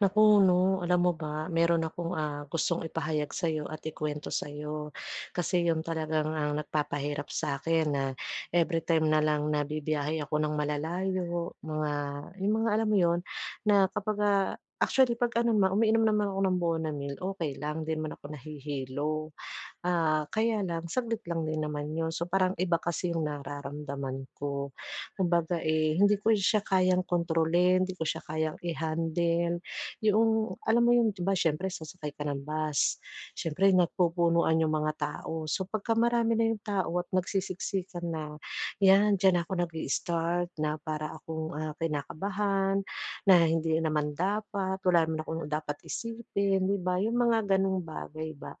Naku 'no, alam mo ba meron akong, gustong ipahayag sa'yo at ikwento sa'yo. Kasi yun talagang ang nagpapahirap sa akin na everytime na lang na ako ng malalayo, mga yung mga alam mo yun, na kapagka actually 'pag ano naman, umiinom naman ako ng Bonamil, okay lang, 'di man ako nahihilo. Kaya lang saglit lang din naman 'yun. So, parang iba kasi 'yung nararamdaman ko. Kumbaga, eh, hindi ko siya kayang kontrolin, hindi ko siya kayang i-handle. 'Yung alam mo 'yung 'di ba siyempre sasakay ka ng bus, siyempre nagpupunuan 'yung mga tao. So, pagka marami na 'yung tao at nagsisiksikan na, 'yan diyan ako nag start na para akong, kinakabahan, na hindi naman dapat, wala naman akong dapat isipin, 'di ba? 'Yung mga gano'ng bagay ba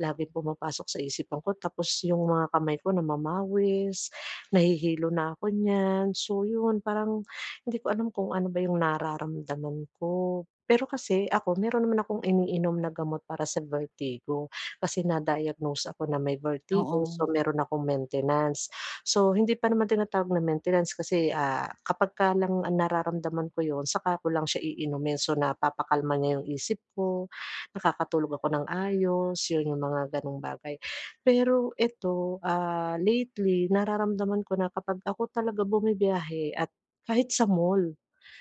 laging pumapasok sa isipan ko tapos yung mga kamay ko namamawis, nahihilo na ako niyan. So yun, parang hindi ko alam kung ano ba yung nararamdaman ko. Pero kasi ako, meron naman akong iniinom na gamot para sa vertigo kasi na-diagnose ako na may vertigo, Oo. so meron akong maintenance. So hindi pa naman tinatawag na maintenance kasi, kapagka lang ang nararamdaman ko yun saka ko lang siya iinumin. So napapakalma niya yung isip ko, nakakatulog ako ng ayos, yun yung mga gano'ng bagay. Pero ito, lately nararamdaman ko na kapag ako talaga bumibiyahe at kahit sa mall,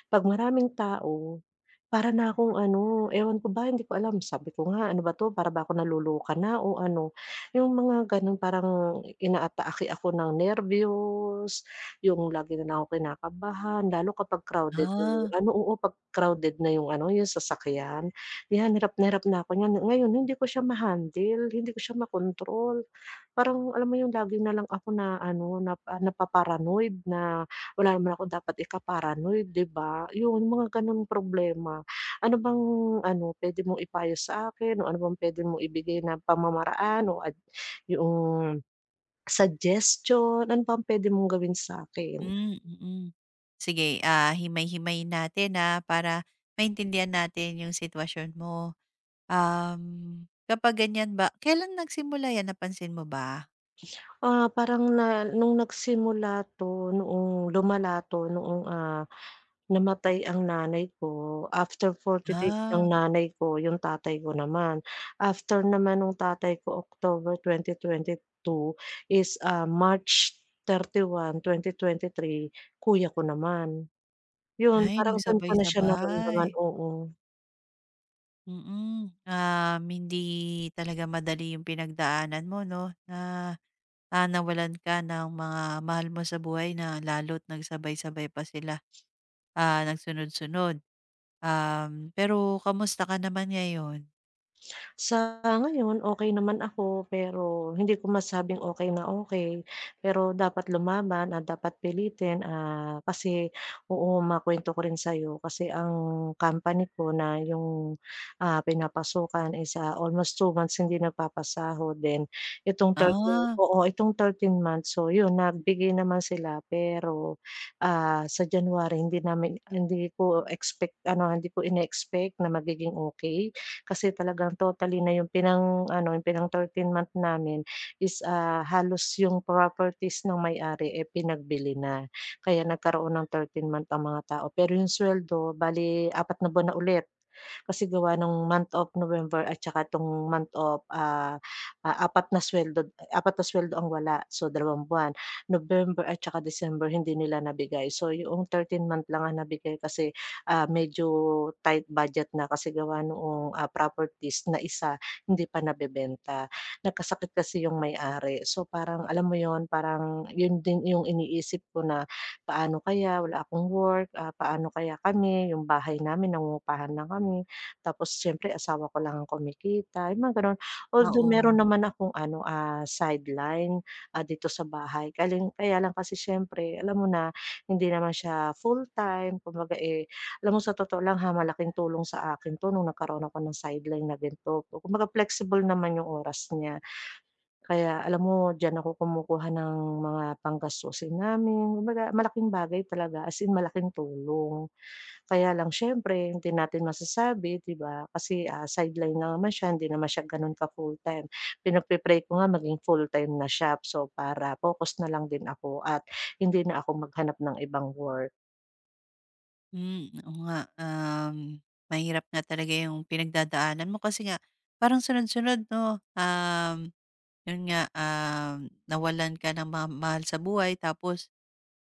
'pag maraming tao, para na akong ano, ewan ko ba, hindi ko alam. Sabi ko nga, "Ano ba 'to, para ba ako naloloka na o ano?" Yung mga gano'n parang inaatake ako ng nerbiyos, yung lagi na lang ako kinakabahan lalo kapag crowded na yung Ah, ano, oo, 'pag crowded na yung ano, yung sasakyan. 'Yan, hirap na ako niyan. Ngayon hindi ko siya ma-handle, hindi ko siya makontrol. Parang alam mo yung lagi na lang ako na ano, na napaparanoid, na wala naman ako dapat ika-paranoid, 'di ba? Yun, mga gano'ng problema. Ano bang ano, pwede mong ipayo sa akin o ano bang pwede mong ibigay na pamamaraan o ad, yoong suggestion, ano bang pwede mong gawin sa akin. hmm, mm. Sige, himay-himayin natin, para maintindihan natin yung sitwasyon mo. Kapag ganyan ba kailan nagsimula yan, napansin mo ba? Parang na nung nagsimula 'to, noong lumala 'to, noong, namatay ang nanay ko, after 40 days Ah, ng nanay ko, yung tatay ko naman. After naman nung tatay ko, October 2022 is, March 31, 2023 kuya ko naman. Yun, ay parang dun ko na siya nagsabay-sabay. naramdaman, oo. Hindi talaga madali yung pinagdaanan mo 'no. Nawalan ka ng mga mahal mo sa buhay, na lalo't nagsabay-sabay pa sila, nagsunod-sunod. Um, pero kamusta ka naman ngayon? Sa ngayon okey naman ako, pero hindi ko masabing okey na okey. Pero dapat lumaban at dapat pilitin, kasi oo, makuwento ko rin sa'yo kasi ang company ko na yung, pinapasukan is, almost 2 months hindi nagpapasahod. Then itong 13, Ah, oo, itong 13 months, so yun nagbigay naman sila pero, sa January hindi namin hindi ko expect ano, hindi ko ine-expect na magiging okey. Kasi talagang totally na yung pinang-ano, yung pinang 13th month namin is, halos yung properties ng may-ari, eh, pinagbili na. Kaya nagkaroon ng 13th month ang mga tao. Pero yung suweldo bali 4 na buwan na ulit. Kasi gawa ng month of November at saka 'tong month of, 4 na suweldo, apat na suweldo ang wala. So, 2 buwan. November at saka December hindi nila nabigay. So, yung 13th month lang ang nabigay kasi medyo tight budget na kasi gawa noong, properties na isa hindi pa nabebenta. Nagkasakit kasi yung may-ari. So, parang alam mo yon, parang yun din yung iniisip ko na paano kaya wala akong work, paano kaya kami, yung bahay namin nangungupahan lang kami, tapos siyempre asawa ko lang ang kumikita, yung mga gano'n. Although Oo. meron naman akong ano, sideline, dito sa bahay, kaling kaya lang kasi siyempre alam mo na, hindi naman siya full-time kumbaga, eh, alam mo sa totoo lang, ha, malaking tulong sa akin 'to nung nagkaroon ako ng sideline na ganito. Kumbaga flexible naman yung oras niya. Kaya alam mo diyan ako kumukuha ng mga panggastusin namin, kumbaga malaking bagay talaga, as in malaking tulong. Kaya lang siyempre hindi natin masasabi, 'di ba? Kasi, sideline lang naman siya, hindi naman siya gano'n ka-full-time. Pinagpe ko nga maging full-time na siya. So, para focus na lang din ako at hindi na ako maghanap ng ibang work. Oo nga. Um, mahirap nga talaga yung pinagdadaanan mo, kasi nga parang sunod-sunod 'no? Yun nga, nawalan ka ng mga mahal sa buhay, tapos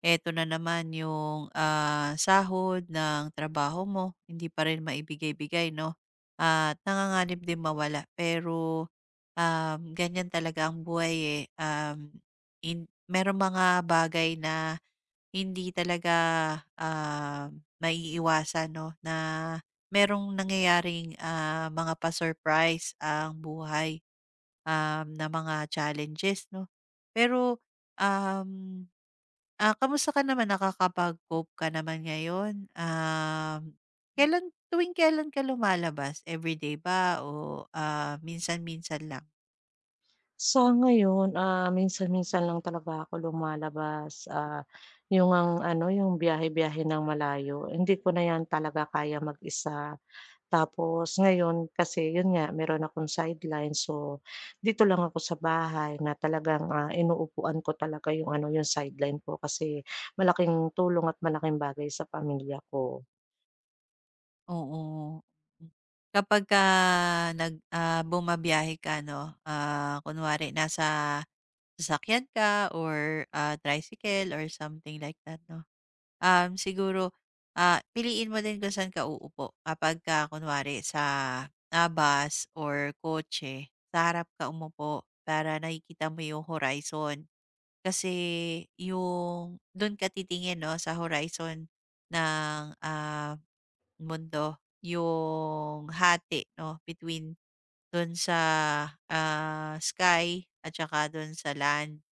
eto na naman yung, sahod ng trabaho mo, hindi pa rin maibigay-bigay 'no, at nanganganib din mawala. Pero, ganyan talaga ang buhay, eh. Hin merong mga bagay na hindi talaga, ah, maiiwasan 'no, na merong nangyayaring, mga pa-surprise ang buhay, na mga challenges 'no. Pero, um Ah, kamusta ka naman, nakakapag-cope ka naman ngayon? Tuwing kailan ka lumalabas, everyday ba o, minsan-minsan lang? Sa ngayon, minsan-minsan lang talaga ako lumalabas, yung ang ano, yung biyahe-biyahe ng malayo, hindi ko na 'yan talaga kaya mag-isa. Tapos ngayon kasi yun nga meron akong sideline, so dito lang ako sa bahay na talagang, inuupuan ko talaga yung ano, yung sideline ko kasi malaking tulong at malaking bagay sa pamilya ko. Oo. Kapag bumabiyahe ka 'no, kunwari nasa sasakyan ka or, tricycle or something like that 'no. Siguro, piliin mo din kung saan ka uupo kapagka kunwari sa, bus or kotse, sa harap ka umupo para nakikita mo yung horizon. Kasi yung dun ka titingin 'no, sa horizon ng, mundo, yung hati 'no, between dun sa, sky at saka dun sa land.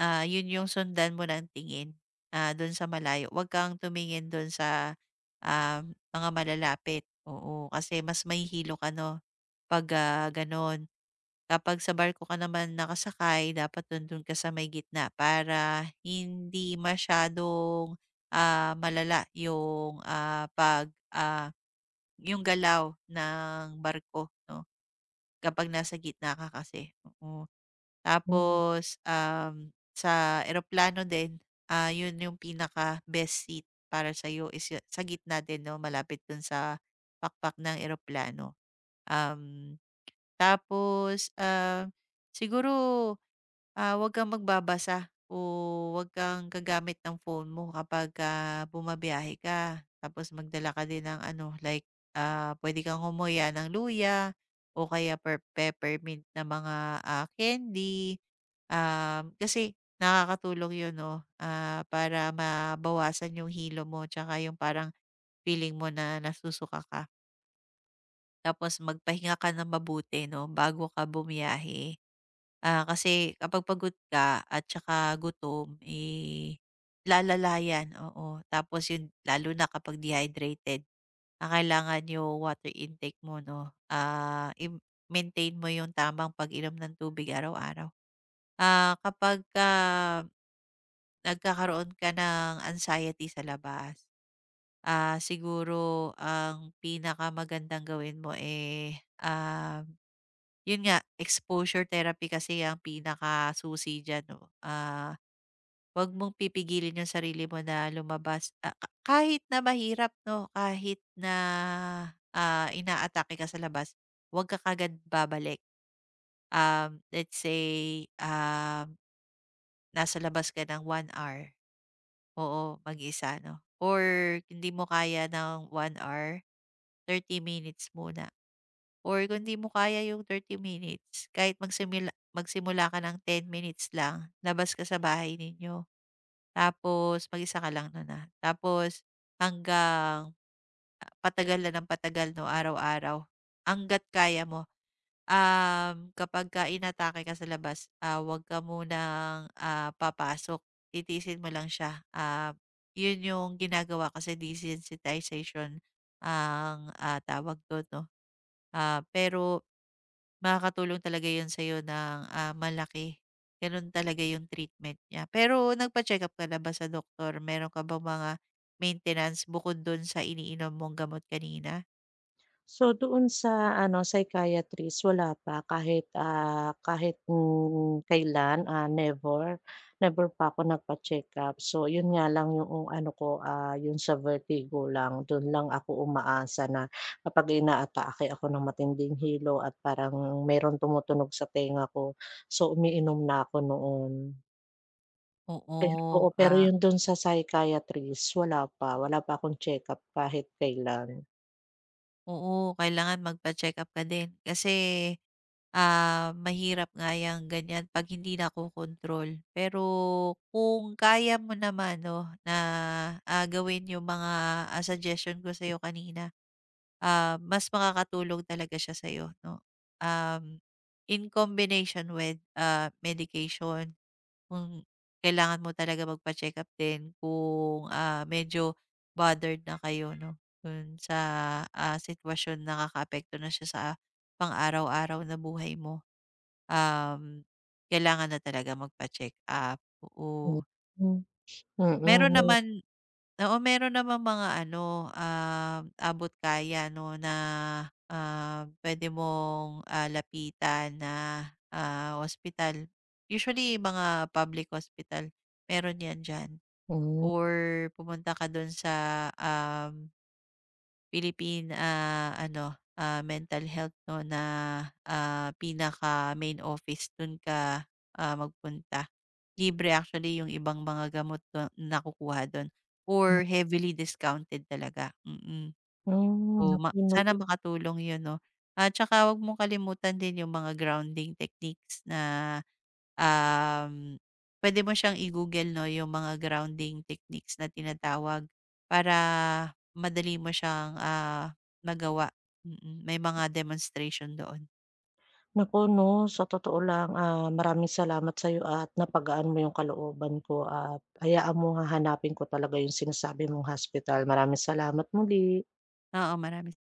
Yun yung sundan mo ng tingin, dun sa malayo. Wag kang tumingin dun sa, ah, mga malalapit, oo. Kasi mas mahihilo ka 'no, 'pag, gano'n. Kapag sa barko ka naman nakasakay, dapat nandun ka sa may gitna, para hindi masyadong, malala yung, yung galaw ng barko 'no, kapag nasa gitna ka kasi, oo. Hmm. Tapos, sa eroplano din, yun yung pinaka-best seat para sa'yo is sa gitna din 'no, malapit dun sa pakpak ng eroplano. Um, tapos, ah, siguro Ah, Huwag kang magbabasa o huwag kang gagamit ng phone mo kapag, bumabiyahe ka. Tapos magdala ka din ng ano, like, puwede kang humuya ng luya o kaya peppermint na mga, candy. Kasi nakakatulong 'yun 'no, para mabawasan yung hilo mo, tsaka yung parang feeling mo na nasusuka ka. Tapos magpahinga ka ng mabuti 'no, bago ka bumiyahe. Kasi kapag pagod ka at saka gutom, eh, lalala yan, oo. Tapos yun, lalo na kapag dehydrated, kailangan yung water intake mo 'no, ah, im maintain mo yung tamang pag-inom ng tubig araw-araw. Kapagka nagkakaroon ka ng anxiety sa labas, siguro ang pinakamagandang gawin mo, eh, ah yun nga, exposure therapy, kasi ang pinakasusi diyan 'no. 'Wag mong pipigilin yung sarili mo na lumabas, ah, ka kahit na mahirap 'no, kahit na, inaatake ka sa labas, 'wag ka kaagad babalik. Let's say, nasa labas ka ng 1 hour, oo, mag-isa 'no, or hindi mo kaya ng 1 hour. 30 minutes muna, or kung di mo kaya yung 30 minutes, kahit magsimula magsimula ka ng 10 minutes lang, labas ka sa bahay ninyo. Tapos mag-isa ka lang nun, ah. Tapos hanggang, patagal na ng patagal 'no, araw-araw, hangga't kaya mo. Kapagka inatake ka sa labas, huwag ka munang, papasok. Titiisin mo lang siya. Yun yung ginagawa ko sa desensitization ang, tawag dun 'no. Ah, pero makakatulong talaga yun sa'yo ng, malaki. Ganun talaga yung treatment niya. Pero nagpa-check-up ka na ba sa doktor? Meron ka ba mga maintenance bukod dun sa iniinom mong gamot kanina? So, doon sa ano, psychiatrist wala pa, kahit, kahit, kailan, never pa ako nagpa-check-up. So, yun nga lang yung ano ko, yung sa vertigo lang, dun lang ako umaasa na kapag inaatake ako ng matinding hilo at parang merong tumutunog sa tenga ko, so umiinom na ako noon. Pero oo, Oo, pero ah yung dun sa psychiatrist wala pa akong check-up kahit kailan. Oo, kailangan magpa-check-up ka din, kasi, mahirap nga 'yang ganyan 'pag hindi nakokontrol. Pero kung kaya mo naman 'no na, gawin yung mga, suggestion ko sa'yo kanina, mas makakatulong talaga siya sa'yo 'no, um, in combination with, medication. Kung kailangan mo talaga magpa-check-up din kung, medyo bothered na kayo 'no. Dun sa, sitwasyon, nakakaapekto na siya sa pang-araw-araw na buhay mo. Um, Kailangan na talaga magpa-check-up, Hmm, oo. mm. Meron naman, oo, meron naman mga ano, abot kaya 'no na, puwede mong, lapitan na, ospital. Usually mga public hospital, meron 'yan diyan, Hmm, or pumunta ka dun sa, Philippine, ano, mental health 'no, na, pinaka main office dun ka, magpunta. Libre actually yung ibang mga gamot na nakukuha dun, or heavily discounted talaga, mm. hmm, So, naku 'no, sana makatulong 'yun 'no. At saka huwag mong kalimutan din yung mga grounding techniques na, um, pwede mo siyang i-Google 'no, yung mga grounding techniques na tinatawag, para madali mo siyang, magawa. Mm, mm. may mga demonstration doon. naku 'no, sa totoo lang, maraming salamat sa'yo at napagaan mo yung kalooban ko at hayaan mo hahanapin ko talaga yung sinasabi mong hospital. Maraming salamat muli. Oo, marami